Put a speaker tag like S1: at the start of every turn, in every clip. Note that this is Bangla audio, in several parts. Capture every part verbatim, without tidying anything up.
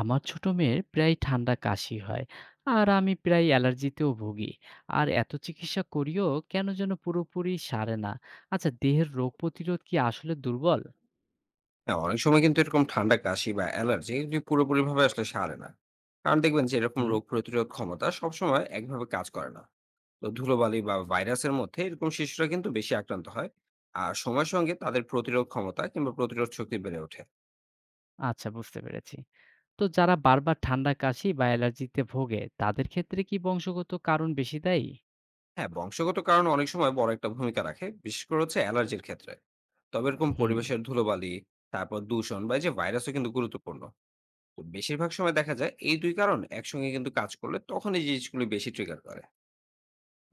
S1: আমার ছোট মেয়ের প্রায় ঠান্ডা কাশি হয়। আর আমি প্রায় অ্যালার্জিতেও ভুগি। আর এত চিকিৎসা করিও কেন যেন পুরোপুরি সারে না। আচ্ছা দেহের রোগ প্রতিরোধ কি আসলে দুর্বল?
S2: হ্যাঁ, অনেক সময় কিন্তু এরকম ঠান্ডা কাশি বা অ্যালার্জি এগুলি পুরোপুরিভাবে আসলে সারে না। কারণ দেখবেন যে এরকম
S1: হুম।
S2: রোগ প্রতিরোধ ক্ষমতা সবসময় একভাবে কাজ করে না। তো ধুলোবালি বা ভাইরাসের মধ্যে এরকম শিশুরা কিন্তু বেশি আক্রান্ত হয়। আর সময়ের সঙ্গে তাদের প্রতিরোধ ক্ষমতা কিংবা প্রতিরোধ শক্তি বেড়ে ওঠে।
S1: আচ্ছা বুঝতে পেরেছি। তো যারা বারবার ঠান্ডা কাশি বা অ্যালার্জিতে ভোগে তাদের ক্ষেত্রে কি বংশগত কারণ বেশি দায়ী?
S2: হ্যাঁ, বংশগত কারণ অনেক সময় বড় একটা ভূমিকা রাখে, বিশেষ করে হচ্ছে অ্যালার্জির ক্ষেত্রে। তবে এরকম
S1: হুম।
S2: পরিবেশের ধুলোবালি, তারপর দূষণ বা এই যে ভাইরাসও কিন্তু গুরুত্বপূর্ণ। তো বেশিরভাগ সময় দেখা যায় এই দুই কারণ একসঙ্গে কিন্তু কাজ করলে তখন এই জিনিসগুলি বেশি ট্রিগার করে।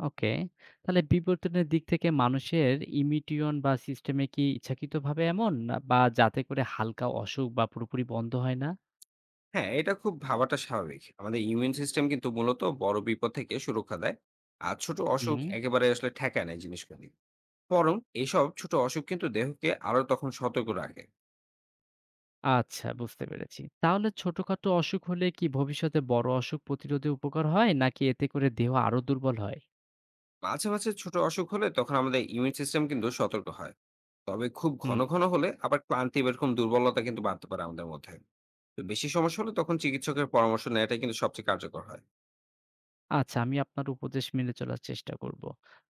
S1: ওকে। তাহলে বিবর্তনের দিক থেকে মানুষের ইমিটিয়ন বা সিস্টেমে কি ইচ্ছাকৃতভাবে এমন না- বা যাতে করে হালকা অসুখ বা পুরোপুরি বন্ধ হয় না?
S2: হ্যাঁ, এটা খুব ভাবাটা স্বাভাবিক। আমাদের ইমিউন সিস্টেম কিন্তু মূলত বড় বিপদ থেকে সুরক্ষা দেয়। আর ছোট অসুখ
S1: হুম।
S2: একেবারে আসলে ঠেকায় না এই জিনিসগুলি। বরং এসব ছোট অসুখ কিন্তু দেহকে আরো তখন সতর্ক রাখে।
S1: আচ্ছা, বুঝতে পেরেছি। তাহলে ছোটখাটো অসুখ হলে কি ভবিষ্যতে বড় অসুখ প্রতিরোধে উপকার হয়? নাকি এতে করে দেহ আরো দুর্বল হয়?
S2: মাঝে, মাঝে ছোট অসুখ হলে তখন আমাদের ইমিউন সিস্টেম কিন্তু সতর্ক হয়। তবে খুব ঘন,
S1: হুম।
S2: ঘন হলে আবার ক্লান্তি বা এরকম দুর্বলতা কিন্তু বাড়তে পারে আমাদের মধ্যে। তো বেশি সমস্যা হলে তখন চিকিৎসকের পরামর্শ নেওয়াটাই কিন্তু সবচেয়ে কার্যকর হয়।
S1: আচ্ছা, আমি আপনার উপদেশ মেনে চলার চেষ্টা করব।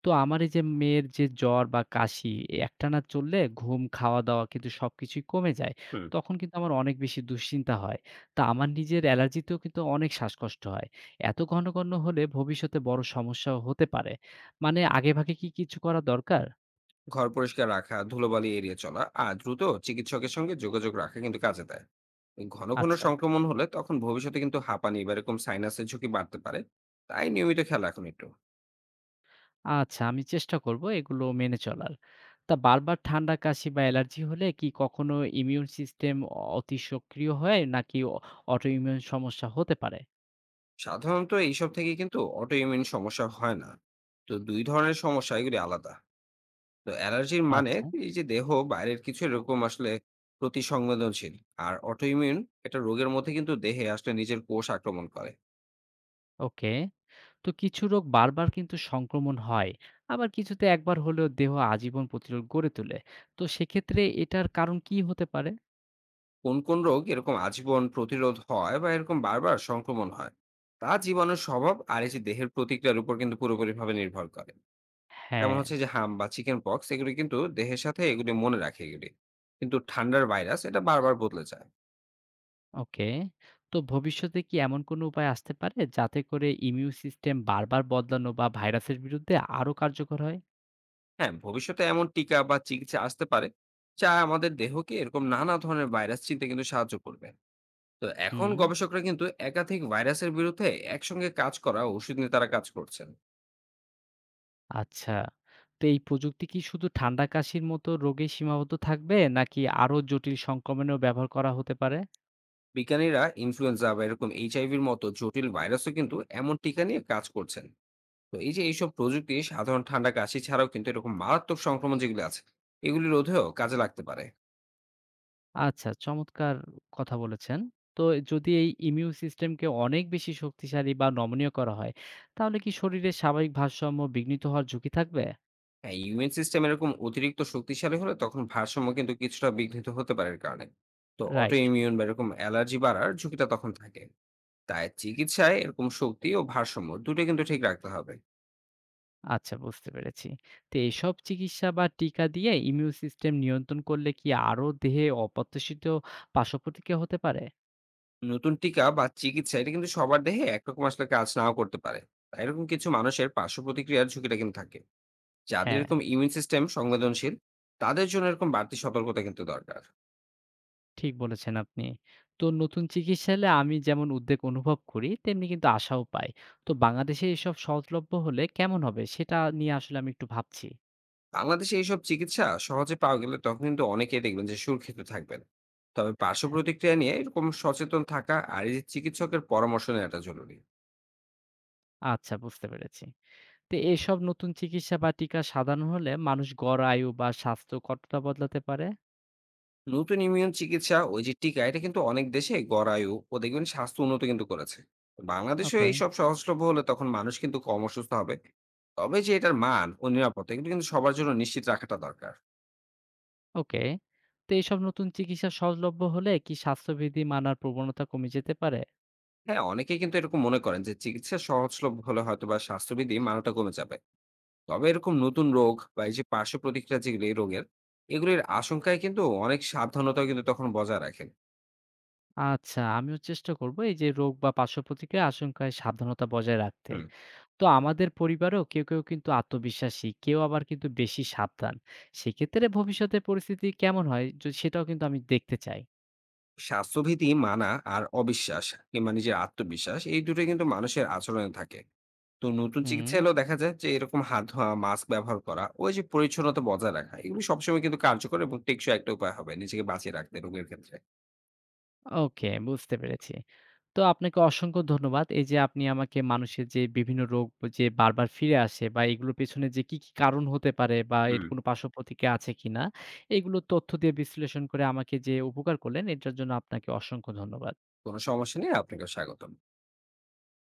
S1: তো আমার এই যে মেয়ের যে জ্বর বা কাশি এ একটানা চললে ঘুম, খাওয়া-দাওয়া কিন্তু সবকিছুই কমে যায়।
S2: হুম।
S1: তখন কিন্তু আমার অনেক বেশি দুশ্চিন্তা হয়। তা আমার নিজের অ্যালার্জিতেও কিন্তু অনেক শ্বাসকষ্ট হয়। এত ঘন, ঘন হলে ভবিষ্যতে বড় সমস্যাও হতে পারে। মানে আগেভাগে কি কিছু করা দরকার?
S2: ঘর পরিষ্কার রাখা, ধুলোবালি এড়িয়ে চলা আর দ্রুত চিকিৎসকের সঙ্গে যোগাযোগ রাখা কিন্তু কাজে দেয়। ঘন ঘন
S1: আচ্ছা।
S2: সংক্রমণ হলে তখন ভবিষ্যতে কিন্তু হাঁপানি বা এরকম সাইনাসের ঝুঁকি বাড়তে পারে। তাই নিয়মিত খেয়াল রাখুন একটু।
S1: আচ্ছা, আমি চেষ্টা করব এগুলো মেনে চলার। তা বারবার ঠান্ডা, কাশি বা অ্যালার্জি হলে কি কখনো ইমিউন সিস্টেম অতি সক্রিয় হয় নাকি অ অটোইমিউন সমস্যা হতে পারে?
S2: সাধারণত এইসব থেকে কিন্তু অটো ইমিউন সমস্যা হয় না। তো দুই ধরনের সমস্যা এগুলি আলাদা। তো অ্যালার্জির মানে
S1: আচ্ছা,
S2: এই যে দেহ বাইরের কিছু এরকম আসলে প্রতি সংবেদনশীল। আর অটো ইমিউন এটা রোগের মধ্যে কিন্তু দেহে আসলে নিজের কোষ আক্রমণ করে।
S1: ওকে। তো কিছু রোগ বারবার কিন্তু সংক্রমণ হয়। আবার কিছুতে একবার হলেও দেহ আজীবন প্রতিরোধ গড়ে তোলে। তো সেক্ষেত্রে এটার কারণ কি হতে পারে?
S2: কোন কোন রোগ এরকম আজীবন প্রতিরোধ হয় বা এরকম বারবার সংক্রমণ হয়, তা জীবনের স্বভাব আর এই যে দেহের প্রতিক্রিয়ার উপর কিন্তু পুরোপুরিভাবে নির্ভর করে। যেমন
S1: হ্যাঁ,
S2: হচ্ছে যে হাম বা চিকেন পক্স এগুলি কিন্তু দেহের সাথে এগুলি মনে রাখে এগুলি, কিন্তু ঠান্ডার ভাইরাস এটা বারবার বদলে যায়।
S1: ওকে। তো ভবিষ্যতে কি এমন কোনো উপায় আসতে পারে যাতে করে ইমিউন সিস্টেম বারবার বদলানো বা ভাইরাসের বিরুদ্ধে আরো কার্যকর হয়?
S2: হ্যাঁ, ভবিষ্যতে এমন টিকা বা চিকিৎসা আসতে পারে যা আমাদের দেহকে এরকম নানা ধরনের ভাইরাস চিনতে কিন্তু সাহায্য করবে। তো এখন
S1: হুম।
S2: গবেষকরা কিন্তু একাধিক ভাইরাসের বিরুদ্ধে একসঙ্গে কাজ করা ওষুধ নিয়ে তারা কাজ করছেন।
S1: আচ্ছা। তো এই প্রযুক্তি কি শুধু ঠান্ডা কাশির মতো রোগেই সীমাবদ্ধ থাকবে? নাকি আরো জটিল সংক্রমণেও ব্যবহার করা হতে পারে?
S2: বিজ্ঞানীরা ইনফ্লুয়েঞ্জা বা এরকম এইচআইভির মতো জটিল ভাইরাসও কিন্তু এমন টিকা নিয়ে কাজ করছেন। তো এই যে এইসব প্রযুক্তি সাধারণ ঠান্ডা কাশি ছাড়াও কিন্তু এরকম মারাত্মক সংক্রমণ যেগুলো আছে এগুলি রোধেও কাজে লাগতে পারে।
S1: আচ্ছা, চমৎকার কথা বলেছেন। তো যদি এই ইমিউন সিস্টেমকে অনেক বেশি শক্তিশালী বা নমনীয় করা হয়, তাহলে কি শরীরের স্বাভাবিক ভারসাম্য বিঘ্নিত হওয়ার ঝুঁকি থাকবে?
S2: হ্যাঁ, ইউএন সিস্টেম এরকম অতিরিক্ত শক্তিশালী হলে তখন ভারসাম্য কিন্তু কিছুটা বিঘ্নিত হতে পারে এর কারণে। তো অটো
S1: রাইট।
S2: ইমিউন বা এরকম অ্যালার্জি বাড়ার ঝুঁকিটা তখন থাকে। তাই চিকিৎসায় এরকম শক্তি ও ভারসাম্য দুটো কিন্তু ঠিক রাখতে হবে।
S1: আচ্ছা, বুঝতে পেরেছি। তো এসব চিকিৎসা বা টিকা দিয়ে ইমিউন সিস্টেম নিয়ন্ত্রণ করলে কি আরো দেহে অপ্রত্যাশিত পার্শ্বপ্রতিক্রিয়া হতে পারে?
S2: নতুন টিকা বা চিকিৎসা এটা কিন্তু সবার দেহে একরকম আসলে কাজ নাও করতে পারে। তাই এরকম কিছু মানুষের পার্শ্ব প্রতিক্রিয়ার ঝুঁকিটা কিন্তু থাকে, যাদের
S1: হ্যাঁ।
S2: এরকম ইমিউন সিস্টেম সংবেদনশীল। তাদের জন্য এরকম বাড়তি সতর্কতা কিন্তু দরকার।
S1: ঠিক বলেছেন আপনি। তো নতুন চিকিৎসা এলে আমি যেমন উদ্বেগ অনুভব করি, তেমনি কিন্তু আশাও পাই। তো বাংলাদেশে এসব সহজলভ্য হলে কেমন হবে? সেটা নিয়ে আসলে আমি একটু ভাবছি।
S2: বাংলাদেশে এইসব চিকিৎসা সহজে পাওয়া গেলে তখন কিন্তু অনেকেই দেখবেন যে সুরক্ষিত থাকবেন। তবে পার্শ্ব
S1: হ্যাঁ,
S2: প্রতিক্রিয়া নিয়ে এরকম সচেতন থাকা আর এই যে চিকিৎসকের পরামর্শ নেওয়াটা জরুরি।
S1: আচ্ছা বুঝতে পেরেছি। তো এসব নতুন চিকিৎসা বা টিকা সাধারণ হলে মানুষ গড় আয়ু বা স্বাস্থ্য কতটা বদলাতে পারে?
S2: নতুন ইমিউন চিকিৎসা ওই যে টিকা এটা কিন্তু অনেক দেশে গড়ায়ু ও দেখবেন স্বাস্থ্য উন্নত কিন্তু করেছে। বাংলাদেশেও
S1: ওকে,
S2: এইসব সহজলভ্য হলে তখন মানুষ কিন্তু কম অসুস্থ হবে। তবে যে এটার মান ও নিরাপত্তা এগুলো কিন্তু সবার জন্য নিশ্চিত রাখাটা দরকার।
S1: ওকে। তো এসব নতুন চিকিৎসা সহজলভ্য হলে কি স্বাস্থ্যবিধি মানার প্রবণতা কমে যেতে পারে?
S2: হ্যাঁ, অনেকেই কিন্তু এরকম মনে করেন যে চিকিৎসা সহজলভ্য হলে হয়তো বা স্বাস্থ্যবিধি মানটা কমে যাবে। তবে এরকম নতুন রোগ বা এই যে পার্শ্ব প্রতিক্রিয়া যেগুলি এই রোগের, এগুলির আশঙ্কায় কিন্তু অনেক সাবধানতা কিন্তু তখন বজায় রাখেন।
S1: আচ্ছা, আমিও চেষ্টা করব এই যে রোগ বা পার্শ্বপ্রতিক্রিয়ার আশঙ্কায় সাবধানতা বজায় রাখতে।
S2: হুম।
S1: তো আমাদের পরিবারেও কেউ, কেউ কিন্তু আত্মবিশ্বাসী, কেউ আবার কিন্তু বেশি সাবধান। সেক্ষেত্রে ভবিষ্যতে পরিস্থিতি কেমন হয় য সেটাও কিন্তু আমি দেখতে চাই।
S2: স্বাস্থ্যভীতি মানা আর অবিশ্বাস কিংবা নিজের আত্মবিশ্বাস এই দুটো কিন্তু মানুষের আচরণে থাকে। তো নতুন
S1: হুম।
S2: চিকিৎসা এলেও দেখা যায় যে এরকম হাত ধোয়া, মাস্ক ব্যবহার করা, ওই যে পরিচ্ছন্নতা বজায় রাখা এগুলি সবসময় কিন্তু কার্যকর এবং টেকসই একটা উপায় হবে নিজেকে বাঁচিয়ে রাখতে রোগের ক্ষেত্রে।
S1: ওকে, বুঝতে পেরেছি। তো আপনাকে অসংখ্য ধন্যবাদ। এই যে আপনি আমাকে মানুষের যে বিভিন্ন রোগ যে বারবার ফিরে আসে বা এগুলোর পেছনে যে কি, কি কারণ হতে পারে বা এর
S2: হুম।
S1: কোনো পার্শ্বপ্রতিক্রিয়া আছে কিনা, এগুলো তথ্য দিয়ে বিশ্লেষণ করে আমাকে যে উপকার করলেন, এটার জন্য আপনাকে অসংখ্য ধন্যবাদ।
S2: কোনো সমস্যা নেই, আপনাকে স্বাগতম।